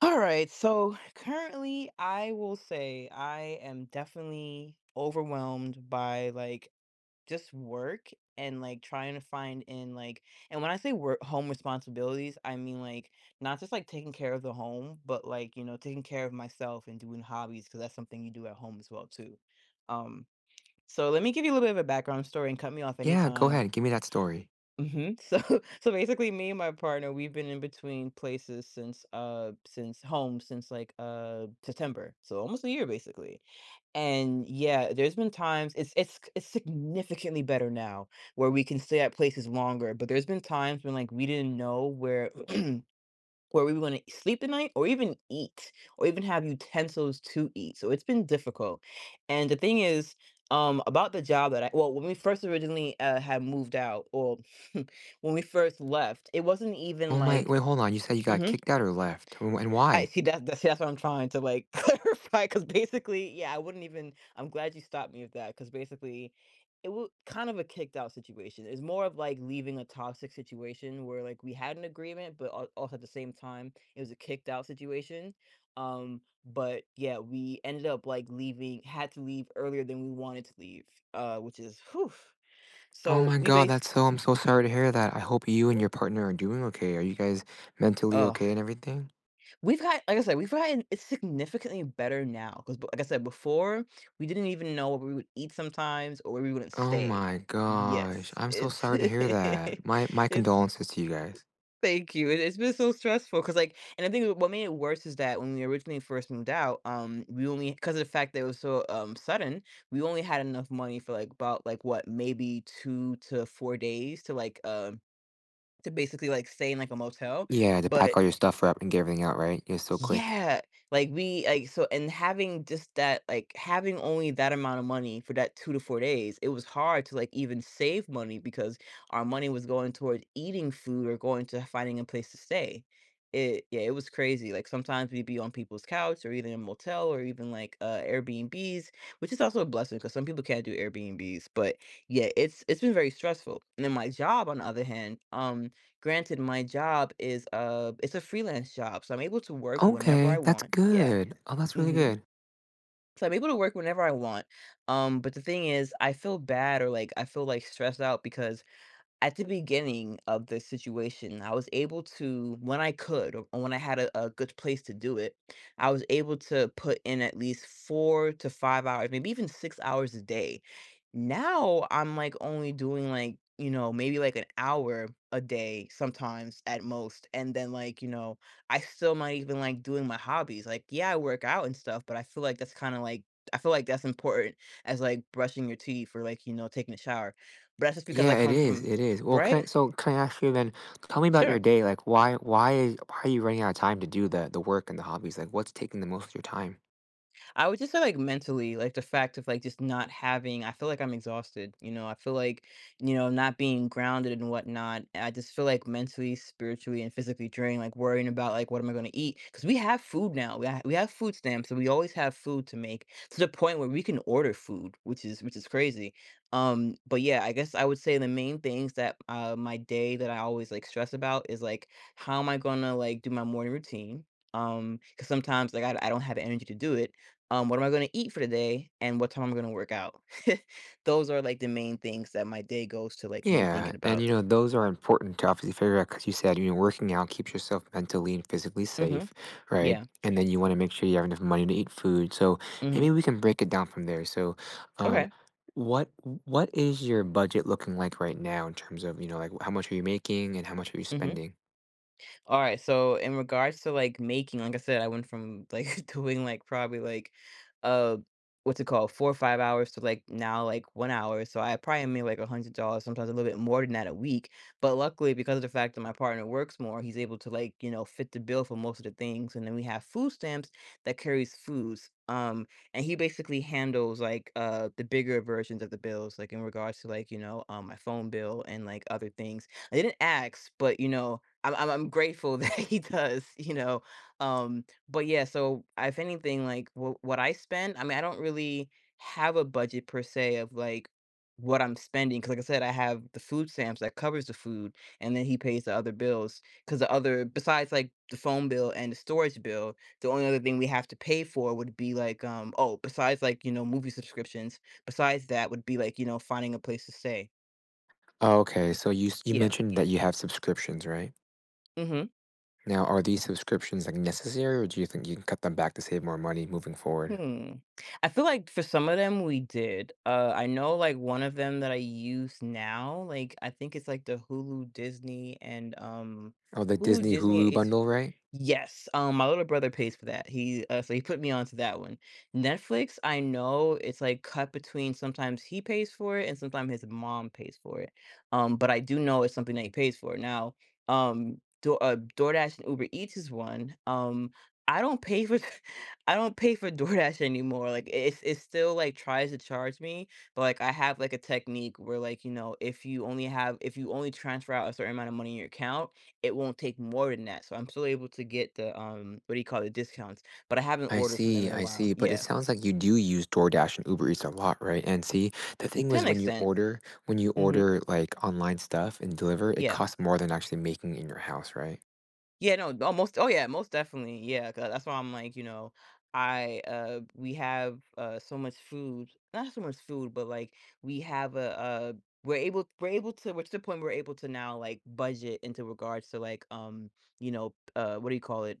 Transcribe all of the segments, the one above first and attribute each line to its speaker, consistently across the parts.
Speaker 1: All right, so currently I will say I am definitely overwhelmed by like just work. And like trying to find in like and when I say work home responsibilities, I mean, like, not just like taking care of the home, but, like, you know, taking care of myself and doing hobbies because that's something you do at home as well too. Um, so let me give you a little bit of a background story and cut me off
Speaker 2: Yeah, go
Speaker 1: anytime.
Speaker 2: ahead, give me that story.
Speaker 1: Mhm. So basically me and my partner, we've been in between places since home since like September. So almost a year basically. And yeah, there's been times it's significantly better now where we can stay at places longer, but there's been times when like we didn't know where where we were gonna sleep the night or even eat or even have utensils to eat. So it's been difficult. And the thing is, about the job that I, when we first originally had moved out or when we first left, it wasn't even
Speaker 2: Oh my
Speaker 1: like.
Speaker 2: wait, hold on, you said you got
Speaker 1: Mhm.
Speaker 2: kicked out or left, and and
Speaker 1: I
Speaker 2: why?
Speaker 1: see that that's what I'm trying to, like, clarify. Because basically, yeah, I wouldn't even I'm glad you stopped me with that. Because basically it was kind of a kicked out situation. It's more of, like, leaving a toxic situation where, like, we had an agreement, but al also at the same time, it was a kicked out situation. But yeah, we ended up, like, leaving had to leave earlier than we wanted to leave, which is, whew.
Speaker 2: Oh
Speaker 1: So
Speaker 2: my
Speaker 1: we
Speaker 2: god,
Speaker 1: base
Speaker 2: that's so I'm so sorry to hear that. I hope you and your partner are doing okay. Are you guys mentally okay and everything?
Speaker 1: We've got like I said, we've gotten it's significantly better now. Cause, like I said before, we didn't even know what we would eat sometimes or where we wouldn't
Speaker 2: Oh
Speaker 1: stay.
Speaker 2: my gosh,
Speaker 1: Yes,
Speaker 2: I'm so
Speaker 1: it's
Speaker 2: sorry to hear that. My
Speaker 1: it's
Speaker 2: condolences to you guys.
Speaker 1: thank you, it's been so stressful. Cause, like, and I think what made it worse is that when we originally first moved out, we only because of the fact that it was so, sudden, we only had enough money for, like, about, like, what, maybe 2 to 4 days to, like, to basically, like, stay in, like, a motel,
Speaker 2: Yeah, to pack
Speaker 1: but.
Speaker 2: all your stuff up and get everything out, right? You're so quick.
Speaker 1: Yeah, like, we like, so and having just that having only that amount of money for that 2 to 4 days, it was hard to, like, even save money because our money was going towards eating food or going to finding a place to stay. It, yeah, it was crazy, like, sometimes we'd be on people's couch or even in a motel or even, like, Airbnbs, which is also a blessing because some people can't do Airbnbs, but yeah, it's been very stressful, and then my job, on the other hand, Granted, my job is, it's a freelance job, so I'm able to work whenever I
Speaker 2: Okay, that's
Speaker 1: want. Yeah.
Speaker 2: good. Oh, that's really
Speaker 1: Mhm.
Speaker 2: good.
Speaker 1: So I'm able to work whenever I want. But the thing is, I feel bad or, like, I feel, like, stressed out because at the beginning of the situation, I was able to when I could, or when I had a good place to do it, I was able to put in at least 4 to 5 hours, maybe even 6 hours a day. Now, I'm, like, only doing, like, you know, maybe, like, an hour a day sometimes at most, and then, like, you know, I still might even like doing my hobbies, like, yeah, I work out and stuff, but I feel like that's kinda, like, I feel like that's important as, like, brushing your teeth or, like, you know, taking a shower, but that's just because I
Speaker 2: Yeah, it
Speaker 1: come
Speaker 2: is,
Speaker 1: from.
Speaker 2: it is. Well, can I
Speaker 1: Right?
Speaker 2: can I ask you then, tell me about your
Speaker 1: Sure.
Speaker 2: day. Like why are you running out of time to do the work and the hobbies? Like what's taking the most of your time?
Speaker 1: I would just say, like, mentally, like, the fact of like just not having, I feel like I'm exhausted, you know, I feel like, you know, not being grounded and whatnot. I just feel like mentally, spiritually, and physically drained, like worrying about like what am I going to eat? Because we have food now. We have food stamps, so we always have food to make to the point where we can order food, which is crazy. But yeah, I guess I would say the main things that my day that I always like stress about is like how am I gonna like do my morning routine? Because sometimes like I don't have energy to do it, what am I gonna eat for the day, and what time I'm gonna work out. Those are, like, the main things that my day goes to, like, me
Speaker 2: Yeah,
Speaker 1: thinking
Speaker 2: and
Speaker 1: about.
Speaker 2: you know, those are important to obviously figure out because you said, you know, working out keeps yourself mentally and physically
Speaker 1: Mhm.
Speaker 2: safe, right?
Speaker 1: Yeah.
Speaker 2: And then you want to make sure you have enough money to eat food. So maybe
Speaker 1: Mhm.
Speaker 2: we can break it down from there. So, um,
Speaker 1: Okay.
Speaker 2: what is your budget looking like right now in terms of, you know, like how much are you making and how much are you
Speaker 1: Mhm.
Speaker 2: spending?
Speaker 1: Alright, so in regards to, like, making, like I said, I went from, like, doing, like, probably, like, uh, what's it called, 4 or 5 hours to, like, now, like, 1 hour, so I probably made, like, $100, sometimes a little bit more than that a week, but luckily, because of the fact that my partner works more, he's able to, like, you know, fit the bill for most of the things, and then we have food stamps that carries foods, and he basically handles, like, the bigger versions of the bills, like, in regards to, like, you know, my phone bill and, like, other things. I didn't ask, but, you know, I'm grateful that he does, you know. But yeah, so if anything, like, what I spend, I mean, I don't really have a budget per se of like what I'm spending because, like I said, I have the food stamps that covers the food, and then he pays the other bills because the other besides like the phone bill and the storage bill, the only other thing we have to pay for would be like, besides like, you know, movie subscriptions, besides that would be like, you know, finding a place to stay.
Speaker 2: Oh, okay, so you
Speaker 1: Yeah.
Speaker 2: mentioned that you have subscriptions, right?
Speaker 1: Hmm.
Speaker 2: Now, are these subscriptions, like, necessary, or do you think you can cut them back to save more money moving forward?
Speaker 1: Hmm. I feel like for some of them we did. I know like one of them that I use now, like, I think it's like the Hulu Disney and
Speaker 2: Oh, the
Speaker 1: Hulu
Speaker 2: Disney Hulu
Speaker 1: Disney.
Speaker 2: bundle, right?
Speaker 1: Yes, my little brother pays for that. He so he put me onto that one. Netflix, I know it's like cut between sometimes he pays for it and sometimes his mom pays for it. But I do know it's something that he pays for. Now, Do DoorDash and Uber Eats is one. I don't pay for I don't pay for DoorDash anymore. Like, it's still like tries to charge me, but like I have like a technique where, like, you know, if you only transfer out a certain amount of money in your account, it won't take more than that, so I'm still able to get the, what do you call it, discounts, but I haven't ordered from them in a
Speaker 2: I
Speaker 1: while.
Speaker 2: see, but it
Speaker 1: Yeah,
Speaker 2: sounds like you do use DoorDash and Uber Eats a lot, right? And see, the thing
Speaker 1: to
Speaker 2: was
Speaker 1: an extent.
Speaker 2: when you
Speaker 1: Mhm.
Speaker 2: order, like, online stuff and deliver, it
Speaker 1: Yeah.
Speaker 2: costs more than actually making it in your house, right?
Speaker 1: Yeah, no, yeah, most definitely, yeah, 'cause that's why I'm like, you know, we have, so much food, not so much food, but, like, we have a we're able to we're to the point we're able to now, like, budget into regards to, like, you know, what do you call it?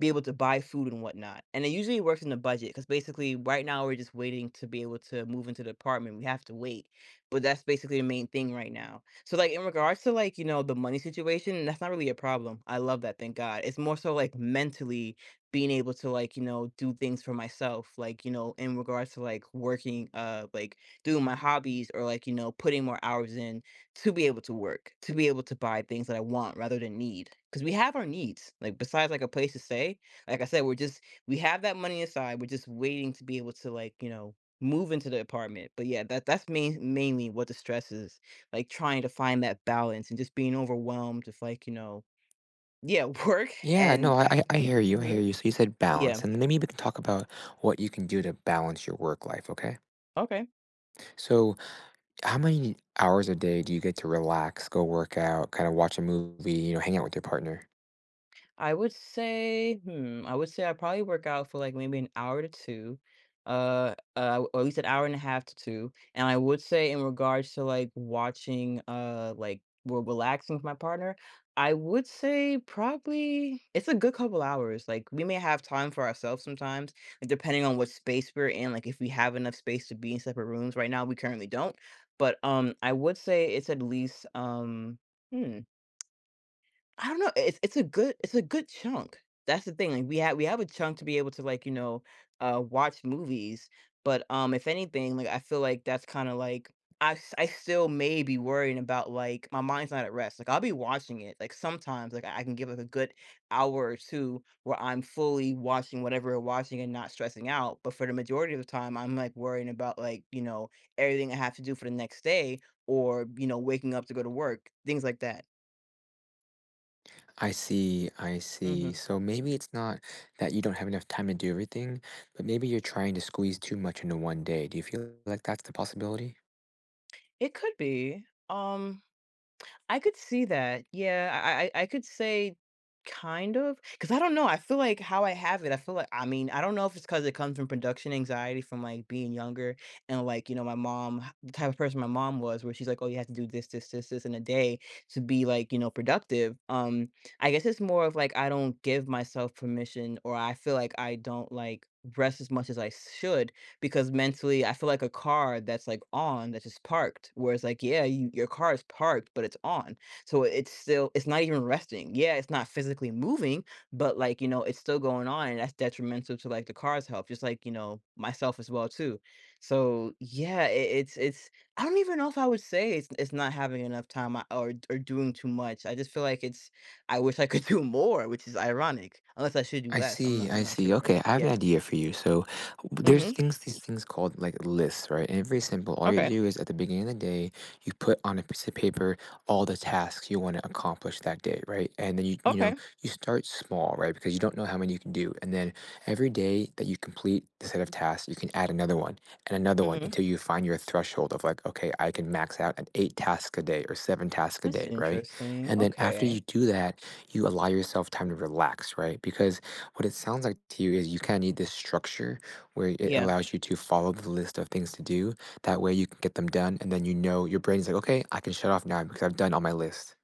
Speaker 1: Be able to buy food and whatnot, and it usually works in the budget because basically right now we're just waiting to be able to move into the apartment, we have to wait, but that's basically the main thing right now. So, like, in regards to, like, you know, the money situation, that's not really a problem. I love that, thank God. It's more so, like, mentally being able to, like, you know, do things for myself, like, you know, in regards to, like, working, like, doing my hobbies or, like, you know, putting more hours in to be able to work, to be able to buy things that I want rather than need. Because we have our needs. Like, besides, like, a place to stay, like I said, we're just, we have that money aside. We're just waiting to be able to, like, you know, move into the apartment. But yeah, that's mainly what the stress is, like, trying to find that balance and just being overwhelmed with, like, you know, yeah, work
Speaker 2: Yeah, no,
Speaker 1: and I f-.
Speaker 2: I hear you, I hear
Speaker 1: Mhm.
Speaker 2: you. So you said
Speaker 1: Yeah.
Speaker 2: balance, and then maybe we can talk about what you can do to balance your work life, okay?
Speaker 1: Okay.
Speaker 2: So how many hours a day do you get to relax, go work out, kind of watch a movie, you know, hang out with your partner?
Speaker 1: I would say, hmm, I would say I probably work out for like maybe an hour to two, or at least an hour and a half to two. And I would say, in regards to like watching, like we're relaxing with my partner, I would say probably it's a good couple hours. Like we may have time for ourselves sometimes, like, depending on what space we're in. Like if we have enough space to be in separate rooms. Right now, we currently don't. But I would say it's at least Hmm. I don't know, it's a good chunk. That's the thing, like, we have a chunk to be able to, like, watch movies, but, if anything, like, I feel like that's kinda like I still may be worrying about, like my mind's not at rest, like, I'll be watching it, like, sometimes, like, I can give like a good hour or two where I'm fully watching whatever we're watching and not stressing out, but for the majority of the time, I'm, like, worrying about, everything I have to do for the next day or, waking up to go to work, things like that.
Speaker 2: I see, I see.
Speaker 1: Mhm.
Speaker 2: So maybe it's not that you don't have enough time to do everything, but maybe you're trying to squeeze too much into one day. Do you feel like that's the possibility?
Speaker 1: It could be. I could see that. Yeah, I could say kind of. Cause I don't know, I feel like how I have it, I feel like I mean, I don't know if it's cause it comes from production anxiety from, like, being younger and, like, my mom h the type of person my mom was where she's like, "Oh, you have to do this, this, this, this in a day to be, like, productive." I guess it's more of, like, I don't give myself permission or I feel like I don't, like, rest as much as I should because mentally, I feel like a car that's, like, on, that's just parked, where it's like, yeah, your car is parked, but it's on. So it's still, it's not even resting. Yeah, it's not physically moving, but, like, it's still going on, and that's detrimental to, like, the car's health, just like, myself as well too. So, yeah, it's I don't even know if I would say it's not having enough time I or doing too much. I just feel like it's I wish I could do more, which is ironic, unless I should do
Speaker 2: I
Speaker 1: less. I'm
Speaker 2: see,
Speaker 1: not I'm
Speaker 2: I
Speaker 1: not
Speaker 2: see.
Speaker 1: sure.
Speaker 2: Okay, I have an
Speaker 1: Yeah.
Speaker 2: idea for you. So there's
Speaker 1: Mhm.
Speaker 2: things these things called like lists, right? And it's very simple. All you
Speaker 1: Okay.
Speaker 2: do is at the beginning of the day, you put on a piece of paper all the tasks you want to accomplish that day, right? And then you know,
Speaker 1: Okay.
Speaker 2: you start small, right? Because you don't know how many you can do. And then every day that you complete the set of tasks, you can add another one and another one
Speaker 1: Mm-hmm.
Speaker 2: until you find your threshold of like, okay, I can max out at eight tasks a day or seven tasks a
Speaker 1: That's
Speaker 2: day, right?
Speaker 1: interesting.
Speaker 2: And then after you
Speaker 1: Okay.
Speaker 2: do that, you allow yourself time to relax, right? Because what it sounds like to you is you kinda need this structure where it
Speaker 1: Yeah.
Speaker 2: allows you to follow the list of things to do. That way you can get them done, and then you know your brain's like, "Okay, I can shut off now because I've done all my list."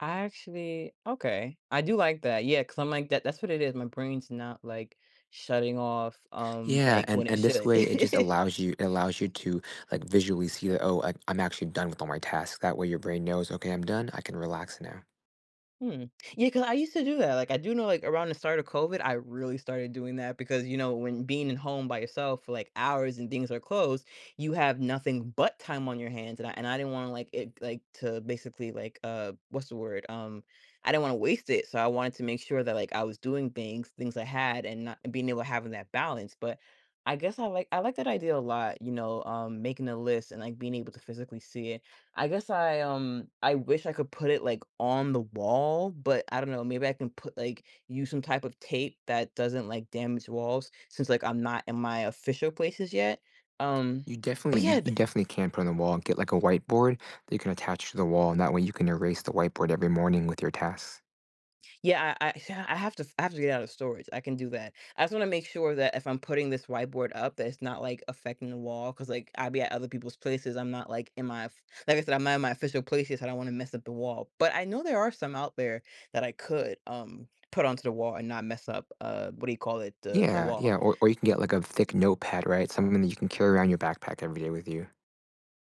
Speaker 1: I actually, okay. I do like that. Yeah, because I'm like that. That's what it is. My brain's not like shutting off
Speaker 2: Yeah,
Speaker 1: like
Speaker 2: and
Speaker 1: when it
Speaker 2: this
Speaker 1: should.
Speaker 2: way, it just allows you it allows you to, like, visually see that, "Oh, I'm actually done with all my tasks." That way your brain knows, "Okay, I'm done. I can relax now."
Speaker 1: Hmm. Yeah, cause I used to do that. Like, I do know, like, around the start of COVID, I really started doing that because, when being in home by yourself for, like, hours and things are closed, you have nothing but time on your hands, and I didn't wanna, like, to basically, like, what's the word? I didn't wanna waste it, so I wanted to make sure that, like, I was doing things I had and not and being able to having that balance, but I guess I like that idea a lot, making a list and, like, being able to physically see it. I guess I wish I could put it, like, on the wall, but I don't know, maybe I can put, use some type of tape that doesn't, like, damage walls since, like, I'm not in my official places yet, um,
Speaker 2: You definitely
Speaker 1: but
Speaker 2: you
Speaker 1: yeah,
Speaker 2: you definitely can put on the wall, get, like, a whiteboard that you can attach to the wall, and that way you can erase the whiteboard every morning with your tasks.
Speaker 1: Yeah, I yeah, I have to get out of storage. I can do that. I just wanna make sure that if I'm putting this whiteboard up, that it's not, like, affecting the wall. Cause like, I'll be at other people's places. I'm not, like, in my f like I said, I'm not in my official places. I don't wanna mess up the wall, but I know there are some out there that I could, put onto the wall and not mess up, what do you call it? The
Speaker 2: Yeah,
Speaker 1: wall.
Speaker 2: yeah, or you can get, like, a thick notepad, right? Something that you can carry around your backpack every day with you.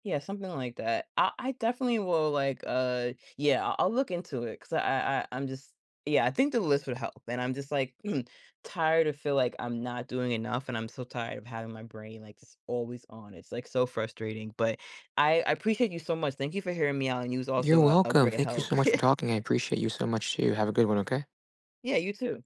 Speaker 1: Yeah, something like that. I definitely will yeah, I'll look into it because I'm just yeah, I think the list would help. And I'm just like tired of feel like I'm not doing enough and I'm so tired of having my brain like just always on. It's like so frustrating. But I appreciate you so much. Thank you for hearing me out and you was
Speaker 2: You're
Speaker 1: also a
Speaker 2: welcome,
Speaker 1: great
Speaker 2: thank you so
Speaker 1: help.
Speaker 2: much for talking. I appreciate you so much too. Have a good one, okay?
Speaker 1: Yeah, you too.